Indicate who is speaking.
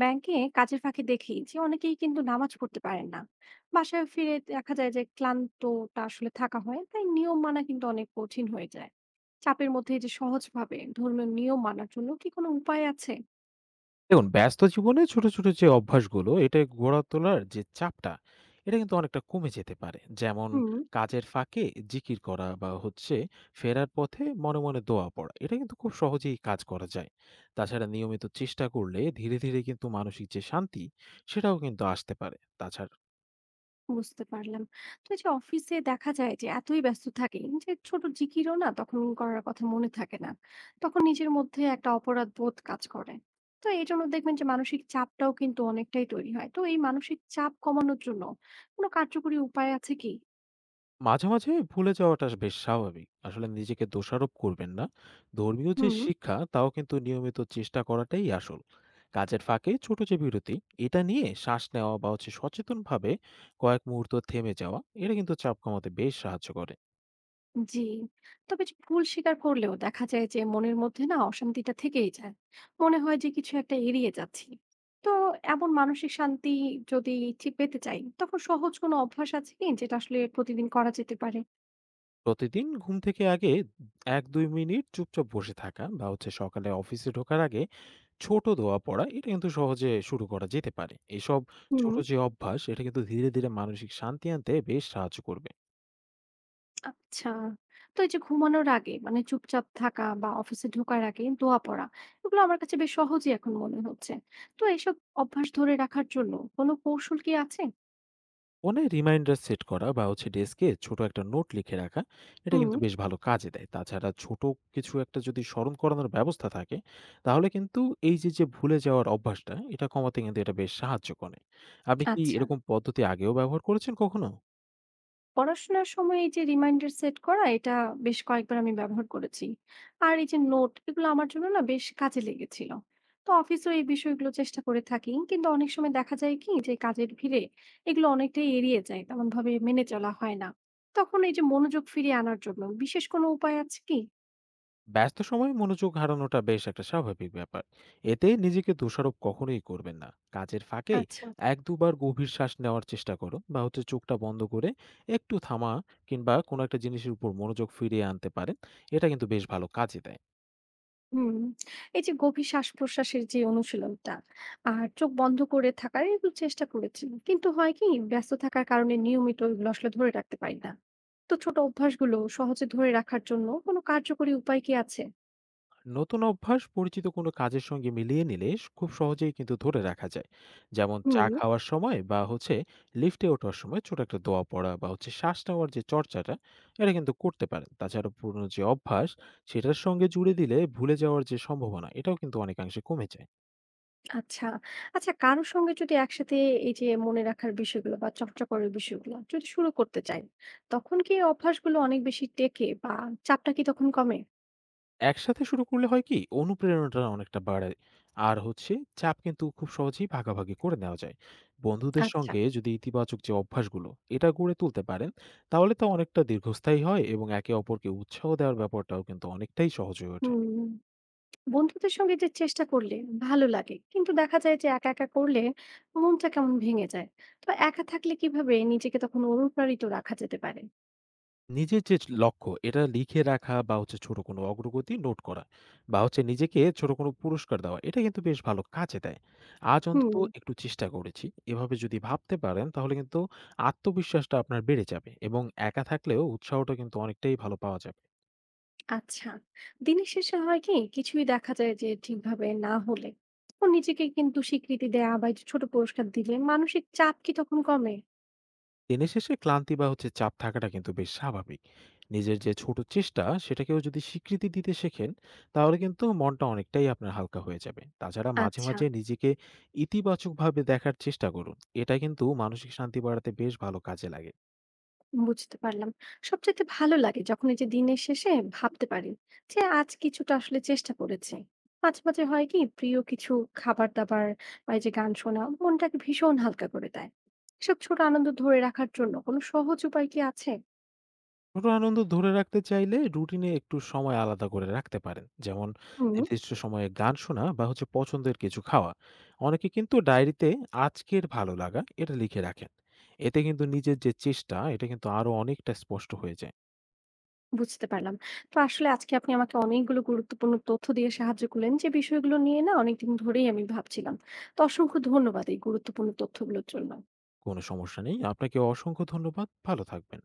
Speaker 1: ব্যাংকে কাজের ফাঁকে দেখি যে অনেকেই কিন্তু নামাজ পড়তে পারেন না। বাসায় ফিরে দেখা যায় যে ক্লান্তটা আসলে থাকা হয়, তাই নিয়ম মানা কিন্তু অনেক কঠিন হয়ে যায় চাপের মধ্যে। এই যে সহজভাবে ধর্মীয় নিয়ম মানার জন্য কি কোনো উপায় আছে?
Speaker 2: দেখুন ব্যস্ত জীবনে ছোট, ছোট যে অভ্যাসগুলো এটা গড়ে তোলার যে চাপটা, এটা কিন্তু অনেকটা কমে যেতে পারে। যেমন
Speaker 1: হুম।
Speaker 2: কাজের ফাঁকে জিকির করা বা ফেরার পথে মনে, মনে দোয়া পড়া। এটা কিন্তু খুব সহজেই কাজ করা যায়। তাছাড়া নিয়মিত চেষ্টা করলে ধীরে, ধীরে কিন্তু মানসিক যে শান্তি সেটাও কিন্তু আসতে পারে। তাছাড়া
Speaker 1: বুঝতে পারলাম। তো এই যে অফিসে দেখা যায় যে এতই ব্যস্ত থাকি যে ছোট জিকিরও না তখন করার কথা মনে থাকে না। তখন নিজের মধ্যে একটা অপরাধ বোধ কাজ করে। তো এজন্য দেখবেন যে মানসিক চাপটাও কিন্তু অনেকটাই তৈরি হয়। তো এই মানসিক চাপ কমানোর জন্য কোনো কার্যকরী উপায় আছে কি?
Speaker 2: মাঝে, মাঝে ভুলে যাওয়াটা বেশ স্বাভাবিক। আসলে নিজেকে দোষারোপ করবেন না। ধর্মীয় যে
Speaker 1: হুম।
Speaker 2: শিক্ষা তাও কিন্তু নিয়মিত চেষ্টা করাটাই আসল। কাজের ফাঁকে ছোট যে বিরতি, এটা নিয়ে শ্বাস নেওয়া বা সচেতনভাবে কয়েক মুহূর্ত থেমে যাওয়া, এটা কিন্তু চাপ কমাতে বেশ সাহায্য করে।
Speaker 1: জি। তবে যে ভুল স্বীকার করলেও দেখা যায় যে মনের মধ্যে না অশান্তিটা থেকেই যায়, মনে হয় যে কিছু একটা এড়িয়ে যাচ্ছি। তো এমন মানসিক শান্তি যদি ঠিক পেতে চাই, তখন সহজ কোনো অভ্যাস আছে কি যেটা আসলে প্রতিদিন করা যেতে পারে?
Speaker 2: প্রতিদিন ঘুম থেকে আগে ১-২ মিনিট চুপচাপ বসে থাকা বা সকালে অফিসে ঢোকার আগে ছোট দোয়া পড়া, এটা কিন্তু সহজে শুরু করা যেতে পারে। এসব
Speaker 1: হুম।
Speaker 2: ছোট যে অভ্যাস, এটা কিন্তু ধীরে, ধীরে মানসিক শান্তি আনতে বেশ সাহায্য করবে।
Speaker 1: আচ্ছা। তো এই যে ঘুমানোর আগে মানে চুপচাপ থাকা বা অফিসে ঢোকার আগে দোয়া পড়া, এগুলো আমার কাছে বেশ সহজই এখন মনে হচ্ছে। তো এইসব অভ্যাস ধরে রাখার জন্য কোনো কৌশল কি আছে?
Speaker 2: ফোনে রিমাইন্ডার সেট করা বা ডেস্কে ছোট একটা নোট লিখে রাখা, এটা
Speaker 1: হুম।
Speaker 2: কিন্তু বেশ ভালো কাজে দেয়। তাছাড়া ছোট কিছু একটা যদি স্মরণ করানোর ব্যবস্থা থাকে, তাহলে কিন্তু এই যে যে ভুলে যাওয়ার অভ্যাসটা এটা কমাতে কিন্তু এটা বেশ সাহায্য করে। আপনি কি
Speaker 1: আচ্ছা।
Speaker 2: এরকম পদ্ধতি আগেও ব্যবহার করেছেন কখনো?
Speaker 1: পড়াশোনার সময় এই যে রিমাইন্ডার সেট করা, এটা বেশ কয়েকবার আমি ব্যবহার করেছি। আর এই যে নোট, এগুলো আমার জন্য না বেশ কাজে লেগেছিল। তো অফিসেও এই বিষয়গুলো চেষ্টা করে থাকি। কিন্তু অনেক সময় দেখা যায় কি যে কাজের ভিড়ে এগুলো অনেকটাই এড়িয়ে যায়। তেমনভাবে মেনে চলা হয় না। তখন এই যে মনোযোগ ফিরিয়ে আনার জন্য বিশেষ কোনো উপায় আছে কি?
Speaker 2: ব্যস্ত সময়ে মনোযোগ হারানোটা বেশ একটা স্বাভাবিক ব্যাপার। এতে নিজেকে দোষারোপ কখনোই করবেন না। কাজের ফাঁকে
Speaker 1: আচ্ছা।
Speaker 2: এক দুবার গভীর শ্বাস নেওয়ার চেষ্টা করুন বা চোখটা বন্ধ করে একটু থামা, কিংবা কোনো একটা জিনিসের উপর মনোযোগ ফিরিয়ে আনতে পারেন। এটা কিন্তু বেশ ভালো কাজে দেয়।
Speaker 1: হুম, এই যে গভীর শ্বাস-প্রশ্বাসের যে অনুশীলনটা আর চোখ বন্ধ করে থাকার, এগুলো চেষ্টা করেছি কিন্তু হয় কি, ব্যস্ত থাকার কারণে নিয়মিত এগুলো আসলে ধরে রাখতে পারি না। তো ছোট অভ্যাসগুলো সহজে ধরে রাখার জন্য কোনো কার্যকরী উপায় কি আছে?
Speaker 2: নতুন অভ্যাস পরিচিত কোনো কাজের সঙ্গে মিলিয়ে নিলে খুব সহজেই কিন্তু ধরে রাখা যায়। যেমন চা
Speaker 1: হুম।
Speaker 2: খাওয়ার সময় বা লিফটে ওঠার সময় ছোট একটা দোয়া পড়া বা শ্বাস নেওয়ার যে চর্চাটা, এটা কিন্তু করতে পারেন। তাছাড়া পুরনো যে অভ্যাস, সেটার সঙ্গে জুড়ে দিলে ভুলে যাওয়ার যে সম্ভাবনা এটাও কিন্তু অনেকাংশে কমে যায়।
Speaker 1: আচ্ছা। আচ্ছা, কারোর সঙ্গে যদি একসাথে এই যে মনে রাখার বিষয়গুলো বা চর্চা করার বিষয়গুলো যদি শুরু করতে চাই, তখন কি এই অভ্যাসগুলো অনেক বেশি টেকে বা চাপটা কি তখন কমে?
Speaker 2: একসাথে শুরু করলে হয় কি, অনুপ্রেরণাটা অনেকটা বাড়ায়। আর চাপ কিন্তু খুব সহজেই ভাগাভাগি করে নেওয়া যায়। বন্ধুদের
Speaker 1: আচ্ছা।
Speaker 2: সঙ্গে যদি ইতিবাচক যে অভ্যাসগুলো এটা গড়ে তুলতে পারেন, তাহলে তো অনেকটা দীর্ঘস্থায়ী হয় এবং একে অপরকে উৎসাহ দেওয়ার ব্যাপারটাও কিন্তু অনেকটাই সহজ হয়ে ওঠে।
Speaker 1: হুম। বন্ধুদের সঙ্গে যে চেষ্টা করলে ভালো লাগে, কিন্তু দেখা যায় যে একা একা করলে মনটা কেমন ভেঙে যায়। তো একা থাকলে কিভাবে নিজেকে তখন অনুপ্রাণিত রাখা যেতে পারে?
Speaker 2: নিজের যে লক্ষ্য এটা লিখে রাখা বা ছোট কোনো অগ্রগতি নোট করা বা নিজেকে ছোট কোনো পুরস্কার দেওয়া, এটা কিন্তু বেশ ভালো কাজে দেয়। আজ অন্তত
Speaker 1: হুম।
Speaker 2: একটু চেষ্টা করেছি, এভাবে যদি ভাবতে পারেন তাহলে কিন্তু আত্মবিশ্বাসটা আপনার বেড়ে যাবে এবং একা থাকলেও উৎসাহটা কিন্তু অনেকটাই ভালো পাওয়া যাবে।
Speaker 1: আচ্ছা। দিনের শেষে হয় কি, কিছুই দেখা যায় যে ঠিকভাবে না হলে তখন নিজেকে কিন্তু স্বীকৃতি দেয়া বা এই যে ছোট পুরস্কার দিলে মানসিক চাপ কি তখন কমে?
Speaker 2: দিনে শেষে ক্লান্তি বা চাপ থাকাটা কিন্তু বেশ স্বাভাবিক। নিজের যে ছোট চেষ্টা সেটাকেও যদি স্বীকৃতি দিতে শেখেন, তাহলে কিন্তু মনটা অনেকটাই আপনার হালকা হয়ে যাবে। তাছাড়া মাঝে
Speaker 1: আচ্ছা।
Speaker 2: মাঝে নিজেকে ইতিবাচকভাবে দেখার চেষ্টা করুন। এটা কিন্তু মানসিক শান্তি বাড়াতে বেশ ভালো কাজে লাগে।
Speaker 1: বুঝতে পারলাম। সবচাইতে ভালো লাগে যখন এই যে দিনের শেষে ভাবতে পারি যে আজ কিছুটা আসলে চেষ্টা করেছি। মাঝে, মাঝে হয় কি প্রিয় কিছু খাবার-দাবার বা এই যে গান শোনা মনটাকে ভীষণ হালকা করে দেয়। এসব ছোট আনন্দ ধরে রাখার জন্য কোনো সহজ উপায় কি আছে?
Speaker 2: ছোট আনন্দ ধরে রাখতে চাইলে রুটিনে একটু সময় আলাদা করে রাখতে পারেন। যেমন
Speaker 1: হুম।
Speaker 2: নির্দিষ্ট সময়ে গান শোনা বা পছন্দের কিছু খাওয়া। অনেকে কিন্তু ডায়েরিতে আজকের ভালো লাগা এটা লিখে রাখেন। এতে কিন্তু নিজের যে চেষ্টা এটা কিন্তু আরো অনেকটা স্পষ্ট হয়ে যায়।
Speaker 1: বুঝতে পারলাম। তো আসলে আজকে আপনি আমাকে অনেকগুলো গুরুত্বপূর্ণ তথ্য দিয়ে সাহায্য করলেন, যে বিষয়গুলো নিয়ে না অনেকদিন ধরেই আমি ভাবছিলাম। তো অসংখ্য ধন্যবাদ এই গুরুত্বপূর্ণ তথ্যগুলোর জন্য।
Speaker 2: কোনো সমস্যা নেই, আপনাকে অসংখ্য ধন্যবাদ, ভালো থাকবেন।